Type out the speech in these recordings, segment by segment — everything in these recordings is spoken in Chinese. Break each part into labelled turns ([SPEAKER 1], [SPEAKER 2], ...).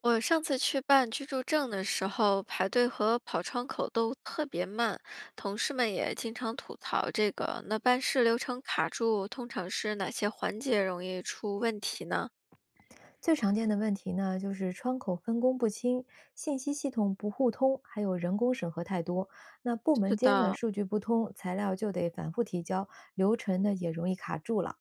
[SPEAKER 1] 我上次去办居住证的时候，排队和跑窗口都特别慢，同事们也经常吐槽这个。那办事流程卡住，通常是哪些环节容易出问题呢？
[SPEAKER 2] 最常见的问题呢，就是窗口分工不清、信息系统不互通，还有人工审核太多。那部门
[SPEAKER 1] 是
[SPEAKER 2] 间的
[SPEAKER 1] 的，
[SPEAKER 2] 数据不通，材料就得反复提交，流程呢也容易卡住了。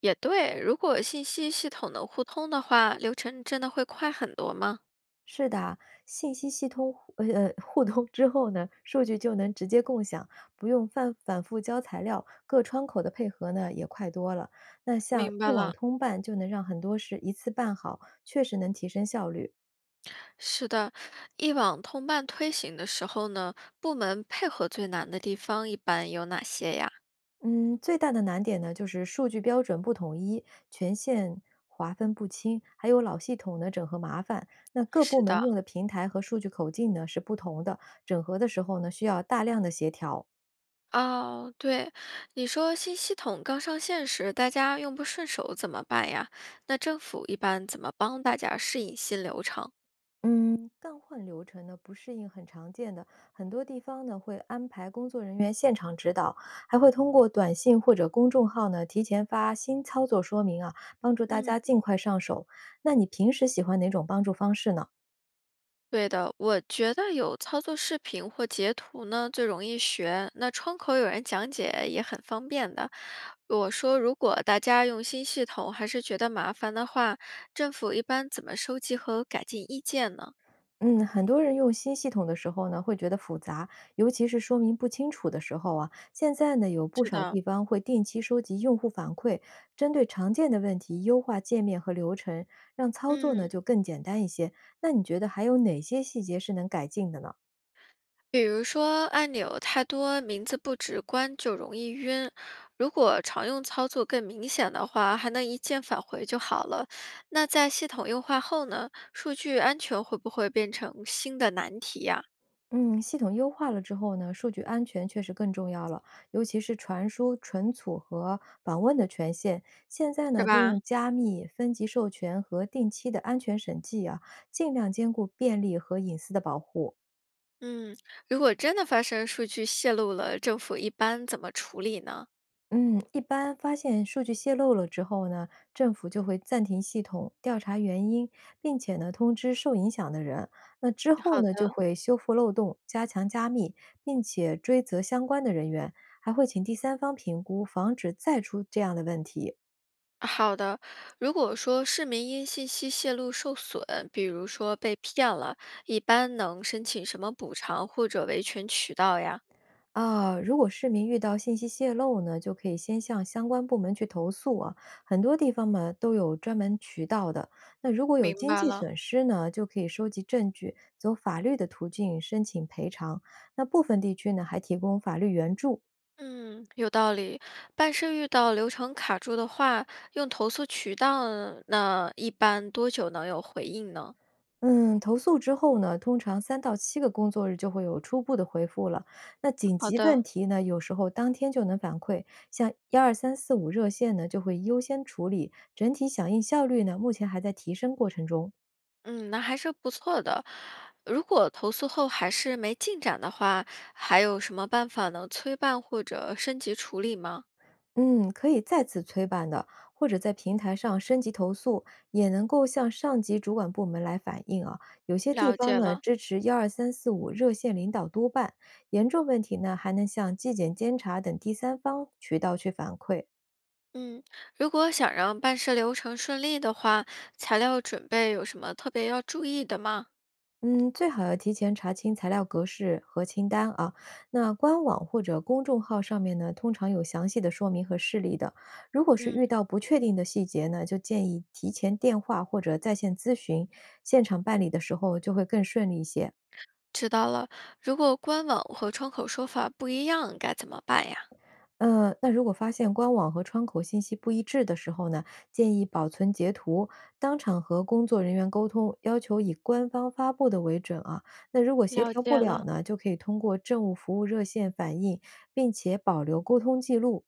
[SPEAKER 1] 也对。如果信息系统能互通的话，流程真的会快很多吗？
[SPEAKER 2] 是的，信息系统互通之后呢，数据就能直接共享，不用反反复交材料，各窗口的配合呢也快多了。那像
[SPEAKER 1] 明白
[SPEAKER 2] 一网
[SPEAKER 1] 了，
[SPEAKER 2] 通办，就能让很多事一次办好，确实能提升效率。
[SPEAKER 1] 是的，一网通办推行的时候呢，部门配合最难的地方一般有哪些呀？
[SPEAKER 2] 嗯，最大的难点呢，就是数据标准不统一，权限划分不清，还有老系统呢整合麻烦。那各部
[SPEAKER 1] 是
[SPEAKER 2] 门
[SPEAKER 1] 的。
[SPEAKER 2] 用的平台和数据口径呢是不同的，整合的时候呢需要大量的协调。
[SPEAKER 1] 哦，对，你说新系统刚上线时，大家用不顺手怎么办呀？那政府一般怎么帮大家适应新流程？
[SPEAKER 2] 嗯，干换流程呢不适应很常见的，很多地方呢会安排工作人员，还会通过短信或者公众号呢提前发新操作说明啊，帮助大
[SPEAKER 1] 嗯，
[SPEAKER 2] 家尽快上手。那你平时喜欢哪种帮助方式呢？
[SPEAKER 1] 对的，我觉得有操作视频或截图呢，最容易学。那窗口有人讲解也很方便的。我说，如果大家用新系统还是觉得麻烦的话，政府一般怎么收集和改进意见呢？
[SPEAKER 2] 嗯，很多人用新系统的时候呢，会觉得复杂，尤其是说明不清楚的时候啊。现在呢，有不
[SPEAKER 1] 是
[SPEAKER 2] 少
[SPEAKER 1] 的，
[SPEAKER 2] 地方会定期收集用户反馈，针对常见的问题优化界面和流程，让操作呢
[SPEAKER 1] 嗯。
[SPEAKER 2] 就更简单一些。那你觉得还有哪些细节是能改进的呢？
[SPEAKER 1] 比如说按钮太多，名字不直观就容易晕。如果常用操作更明显的话，还能一键返回就好了。那在系统优化后呢，数据安全会不会变成新的难题呀？
[SPEAKER 2] 嗯，系统优化了之后呢，数据安全确实更重要了，尤其是传输、存储和访问的权限，现在
[SPEAKER 1] 是
[SPEAKER 2] 呢都
[SPEAKER 1] 吧？
[SPEAKER 2] 用加密、分级授权和定期的安全审计啊，尽量兼顾便利和隐私的保护。
[SPEAKER 1] 嗯，如果真的发生数据泄露了，政府一般怎么处理呢？
[SPEAKER 2] 嗯，一般发现数据泄露了之后呢，政府就会暂停系统，调查原因，并且呢通知受影响的人。那之后
[SPEAKER 1] 好
[SPEAKER 2] 呢，就
[SPEAKER 1] 的，
[SPEAKER 2] 会修复漏洞，加强加密，并且追责相关的人员，还会请第三方评估，防止再出这样的问题。
[SPEAKER 1] 好的。如果说市民因信息泄露受损，比如说被骗了，一般能申请什么补偿或者维权渠道呀？
[SPEAKER 2] 啊，如果市民遇到信息泄露呢，就可以先向相关部门去投诉啊。很多地方嘛都有专门渠道的。那如果有
[SPEAKER 1] 明
[SPEAKER 2] 经
[SPEAKER 1] 白
[SPEAKER 2] 济
[SPEAKER 1] 了，
[SPEAKER 2] 损失呢，就可以收集证据，走法律的途径申请赔偿。那部分地区呢还提供法律援助。
[SPEAKER 1] 嗯，有道理。办事遇到流程卡住的话，用投诉渠道，那一般多久能有回应呢？
[SPEAKER 2] 嗯，投诉之后呢，通常三到七个工作日就会有初步的回复了。那紧
[SPEAKER 1] 好
[SPEAKER 2] 急问
[SPEAKER 1] 的，
[SPEAKER 2] 题呢，有时候当天就能反馈，像幺二三四五热线呢，就会优先处理。整体响应效率呢，目前还在提升过程中。
[SPEAKER 1] 嗯，那还是不错的。如果投诉后还是没进展的话，还有什么办法能催办或者升级处理吗？
[SPEAKER 2] 嗯，可以再次催办的，或者在平台上升级投诉，也能够向上级主管部门来反映啊。有些地
[SPEAKER 1] 了
[SPEAKER 2] 方
[SPEAKER 1] 解
[SPEAKER 2] 呢
[SPEAKER 1] 了，
[SPEAKER 2] 支持幺二三四五热线领导督办，严重问题呢还能向纪检监察等第三方渠道去反馈。
[SPEAKER 1] 嗯，如果想让办事流程顺利的话，材料准备有什么特别要注意的吗？
[SPEAKER 2] 嗯，最好要提前查清材料格式和清单啊。那官网或者公众号上面呢，通常有详细的说明和事例的。如果是遇
[SPEAKER 1] 嗯。
[SPEAKER 2] 到不确定的细节呢，就建议提前电话或者在线咨询，现场办理的时候就会更顺利一些。
[SPEAKER 1] 知道了，如果官网和窗口说法不一样，该怎么办呀？
[SPEAKER 2] 那如果发现官网和窗口信息不一致的时候呢，建议保存截图，当场和工作人员沟通，要求以官方发布的为准啊。那如果协
[SPEAKER 1] 了
[SPEAKER 2] 调不
[SPEAKER 1] 解
[SPEAKER 2] 了
[SPEAKER 1] 了，
[SPEAKER 2] 呢，就可以通过政务服务热线反映，并且保留沟通记录。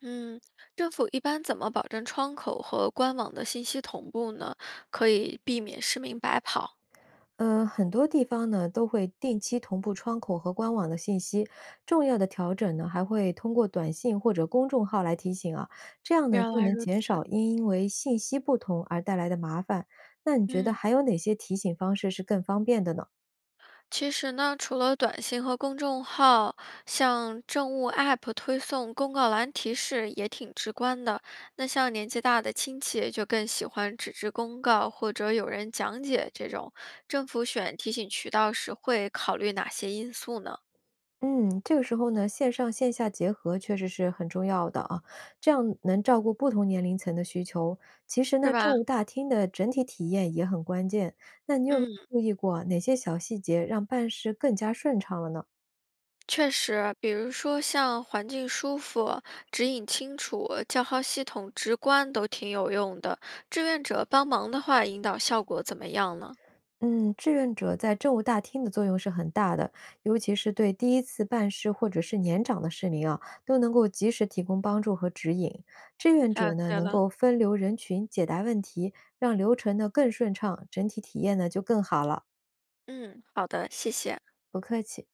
[SPEAKER 1] 嗯，政府一般怎么保证窗口和官网的信息同步呢？可以避免市民白跑。
[SPEAKER 2] 很多地方呢都会定期同步窗口和官网的信息，重要的调整呢还会通过短信或者公众号来提醒啊，这样呢
[SPEAKER 1] 原
[SPEAKER 2] 就
[SPEAKER 1] 来
[SPEAKER 2] 能
[SPEAKER 1] 如
[SPEAKER 2] 减
[SPEAKER 1] 此。
[SPEAKER 2] 少因为信息不同而带来的麻烦。那你觉得
[SPEAKER 1] 嗯，
[SPEAKER 2] 还有哪些提醒方式是更方便的呢？
[SPEAKER 1] 其实呢，除了短信和公众号，像政务 App 推送、公告栏提示也挺直观的。那像年纪大的亲戚就更喜欢纸质公告或者有人讲解这种。政府选提醒渠道时会考虑哪些因素呢？
[SPEAKER 2] 嗯，这个时候呢，线上线下结合确实是很重要的啊，这样能照顾不同年龄层的需求。其实
[SPEAKER 1] 是
[SPEAKER 2] 呢，政
[SPEAKER 1] 吧？
[SPEAKER 2] 务大厅的整体体验也很关键。
[SPEAKER 1] 嗯，
[SPEAKER 2] 注意过哪些小细节让办事更加顺畅了呢？
[SPEAKER 1] 确实，比如说像环境舒服、指引清楚、叫号系统直观都挺有用的。志愿者帮忙的话，引导效果怎么样呢？
[SPEAKER 2] 嗯，志愿者在政务大厅的作用是很大的，尤其是对第一次办事或者是年长的市民啊，都能够及时提供帮助和指引。志愿
[SPEAKER 1] 了
[SPEAKER 2] 者呢，
[SPEAKER 1] 解
[SPEAKER 2] 能
[SPEAKER 1] 了。
[SPEAKER 2] 够分流人群，解答问题，让流程呢更顺畅，整体体验呢就更好了。
[SPEAKER 1] 嗯，好的，谢谢。
[SPEAKER 2] 不客气。